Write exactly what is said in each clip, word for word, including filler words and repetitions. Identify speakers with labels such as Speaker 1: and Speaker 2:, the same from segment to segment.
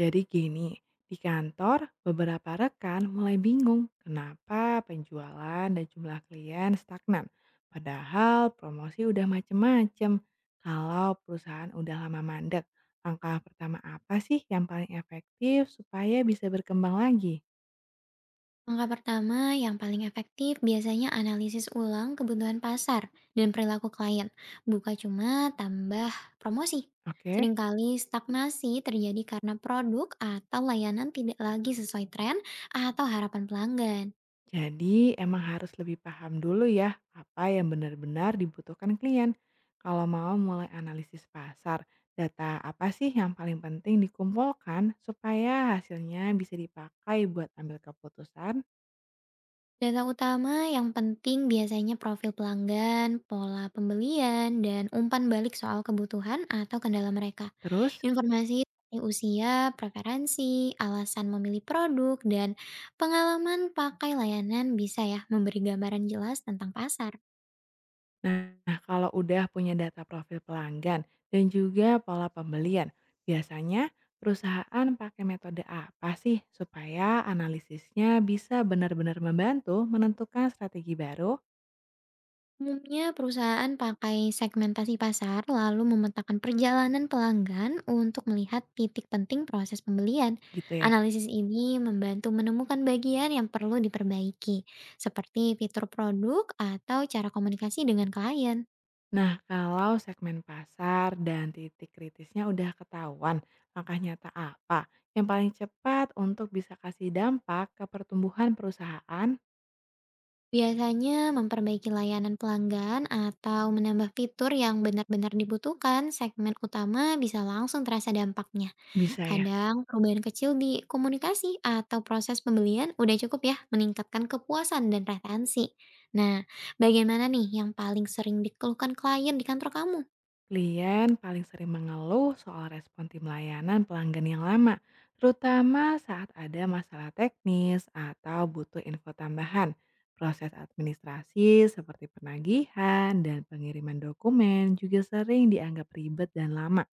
Speaker 1: Jadi gini, di kantor beberapa rekan mulai bingung kenapa penjualan dan jumlah klien stagnan. Padahal promosi udah macem-macem. Kalau perusahaan udah lama mandek, langkah pertama apa sih yang paling efektif supaya bisa berkembang lagi?
Speaker 2: Langkah pertama yang paling efektif biasanya analisis ulang kebutuhan pasar dan perilaku klien, bukan cuma tambah promosi.
Speaker 1: Oke?
Speaker 2: Seringkali stagnasi terjadi karena produk atau layanan tidak lagi sesuai tren atau harapan pelanggan.
Speaker 1: Jadi emang harus lebih paham dulu ya apa yang benar-benar dibutuhkan klien. Kalau mau mulai analisis pasar, data apa sih yang paling penting dikumpulkan supaya hasilnya bisa dipakai buat ambil keputusan?
Speaker 2: Data utama yang penting biasanya profil pelanggan, pola pembelian, dan umpan balik soal kebutuhan atau kendala mereka.
Speaker 1: Terus,
Speaker 2: Informasi seperti usia, preferensi, alasan memilih produk, dan pengalaman pakai layanan bisa ya memberi gambaran jelas tentang pasar.
Speaker 1: nah kalau udah punya data profil pelanggan dan juga pola pembelian, biasanya perusahaan pakai metode apa sih supaya analisisnya bisa benar-benar membantu menentukan strategi baru
Speaker 2: Umumnya perusahaan pakai segmentasi pasar lalu memetakan perjalanan pelanggan untuk melihat titik penting proses pembelian.
Speaker 1: gitu ya?
Speaker 2: Analisis ini membantu menemukan bagian yang perlu diperbaiki, seperti fitur produk atau cara komunikasi dengan klien.
Speaker 1: Nah, kalau segmen pasar dan titik kritisnya udah ketahuan, langkah nyata apa yang paling cepat untuk bisa kasih dampak ke pertumbuhan perusahaan?
Speaker 2: Biasanya memperbaiki layanan pelanggan atau menambah fitur yang benar-benar dibutuhkan, segmen utama bisa langsung terasa dampaknya.
Speaker 1: Bisa ya.
Speaker 2: Kadang perubahan kecil di komunikasi atau proses pembelian udah cukup ya meningkatkan kepuasan dan retensi. Nah, bagaimana nih yang paling sering dikeluhkan klien di kantor kamu?
Speaker 1: Klien paling sering mengeluh soal respon tim layanan pelanggan yang lama, terutama saat ada masalah teknis atau butuh info tambahan. Proses administrasi seperti penagihan dan pengiriman dokumen juga sering dianggap ribet dan lama.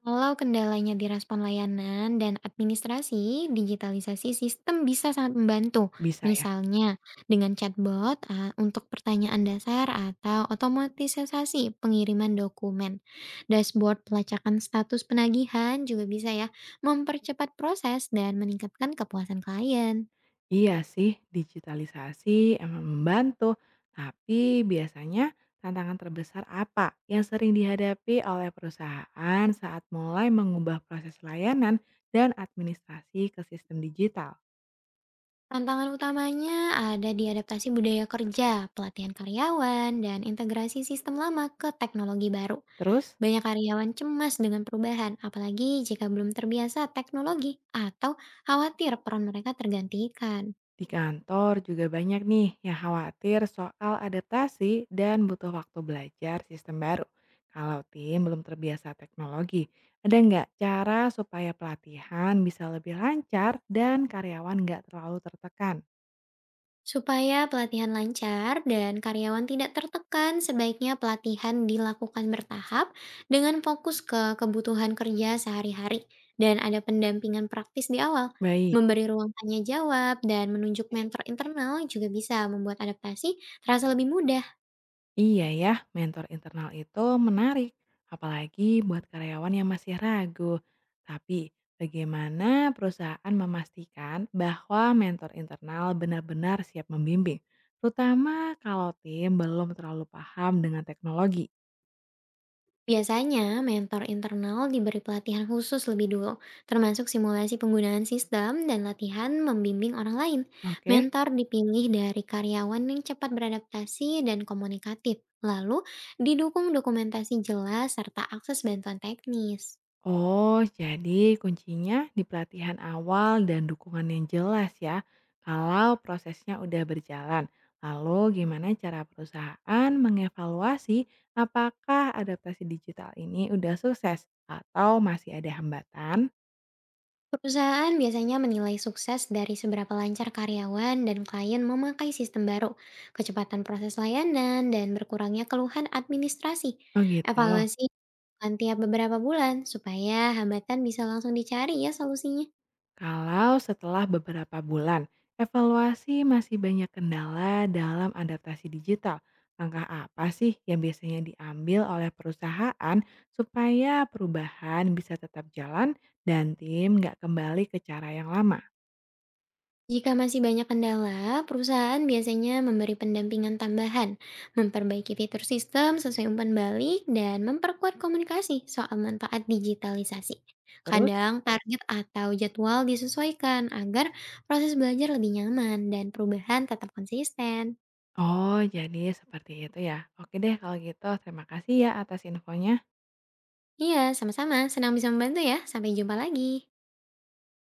Speaker 2: Kalau kendalanya di respon layanan dan administrasi, digitalisasi sistem bisa sangat membantu.
Speaker 1: Bisa ya.
Speaker 2: Misalnya dengan chatbot ah, untuk pertanyaan dasar atau otomatisasi pengiriman dokumen. Dashboard pelacakan status penagihan juga bisa ya mempercepat proses dan meningkatkan kepuasan klien.
Speaker 1: Iya sih, digitalisasi emang membantu, tapi biasanya tantangan terbesar apa yang sering dihadapi oleh perusahaan saat mulai mengubah proses layanan dan administrasi ke sistem digital?
Speaker 2: Tantangan utamanya ada di adaptasi budaya kerja, pelatihan karyawan, dan integrasi sistem lama ke teknologi baru.
Speaker 1: Terus,
Speaker 2: Banyak karyawan cemas dengan perubahan, apalagi jika belum terbiasa teknologi atau khawatir peran mereka tergantikan.
Speaker 1: di kantor juga banyak nih yang khawatir soal adaptasi dan butuh waktu belajar sistem baru. Kalau tim belum terbiasa teknologi, ada nggak cara supaya pelatihan bisa lebih lancar dan karyawan nggak terlalu tertekan?
Speaker 2: Supaya pelatihan lancar dan karyawan tidak tertekan, sebaiknya pelatihan dilakukan bertahap dengan fokus ke kebutuhan kerja sehari-hari dan ada pendampingan praktis di awal.
Speaker 1: Baik,
Speaker 2: Memberi ruang tanya jawab dan menunjuk mentor internal juga bisa membuat adaptasi terasa lebih mudah.
Speaker 1: iya ya, mentor internal itu menarik, apalagi buat karyawan yang masih ragu. Tapi, bagaimana perusahaan memastikan bahwa mentor internal benar-benar siap membimbing, terutama kalau tim belum terlalu paham dengan teknologi?
Speaker 2: Biasanya, mentor internal diberi pelatihan khusus lebih dulu, termasuk simulasi penggunaan sistem dan latihan membimbing orang lain.
Speaker 1: Oke.
Speaker 2: Mentor dipilih dari karyawan yang cepat beradaptasi dan komunikatif, lalu didukung dokumentasi jelas serta akses bantuan teknis.
Speaker 1: Oh, jadi kuncinya di pelatihan awal dan dukungan yang jelas ya. Kalau prosesnya udah berjalan, lalu gimana cara perusahaan mengevaluasi apakah adaptasi digital ini udah sukses atau masih ada hambatan?
Speaker 2: Perusahaan biasanya menilai sukses dari seberapa lancar karyawan dan klien memakai sistem baru, kecepatan proses layanan, dan berkurangnya keluhan administrasi.
Speaker 1: Oh gitu.
Speaker 2: Evaluasi bukan tiap beberapa bulan, supaya hambatan bisa langsung dicari ya solusinya.
Speaker 1: Kalau setelah beberapa bulan, evaluasi masih banyak kendala dalam adaptasi digital. Langkah apa sih yang biasanya diambil oleh perusahaan supaya perubahan bisa tetap jalan dan tim nggak kembali ke cara yang lama?
Speaker 2: Jika masih banyak kendala, perusahaan biasanya memberi pendampingan tambahan, memperbaiki fitur sistem sesuai umpan balik, dan memperkuat komunikasi soal manfaat digitalisasi.
Speaker 1: Terus,
Speaker 2: Kadang target atau jadwal disesuaikan agar proses belajar lebih nyaman dan perubahan tetap konsisten.
Speaker 1: oh, jadi seperti itu ya. Oke deh kalau gitu, terima kasih ya atas infonya.
Speaker 2: Iya, sama-sama. Senang bisa membantu ya. Sampai jumpa lagi.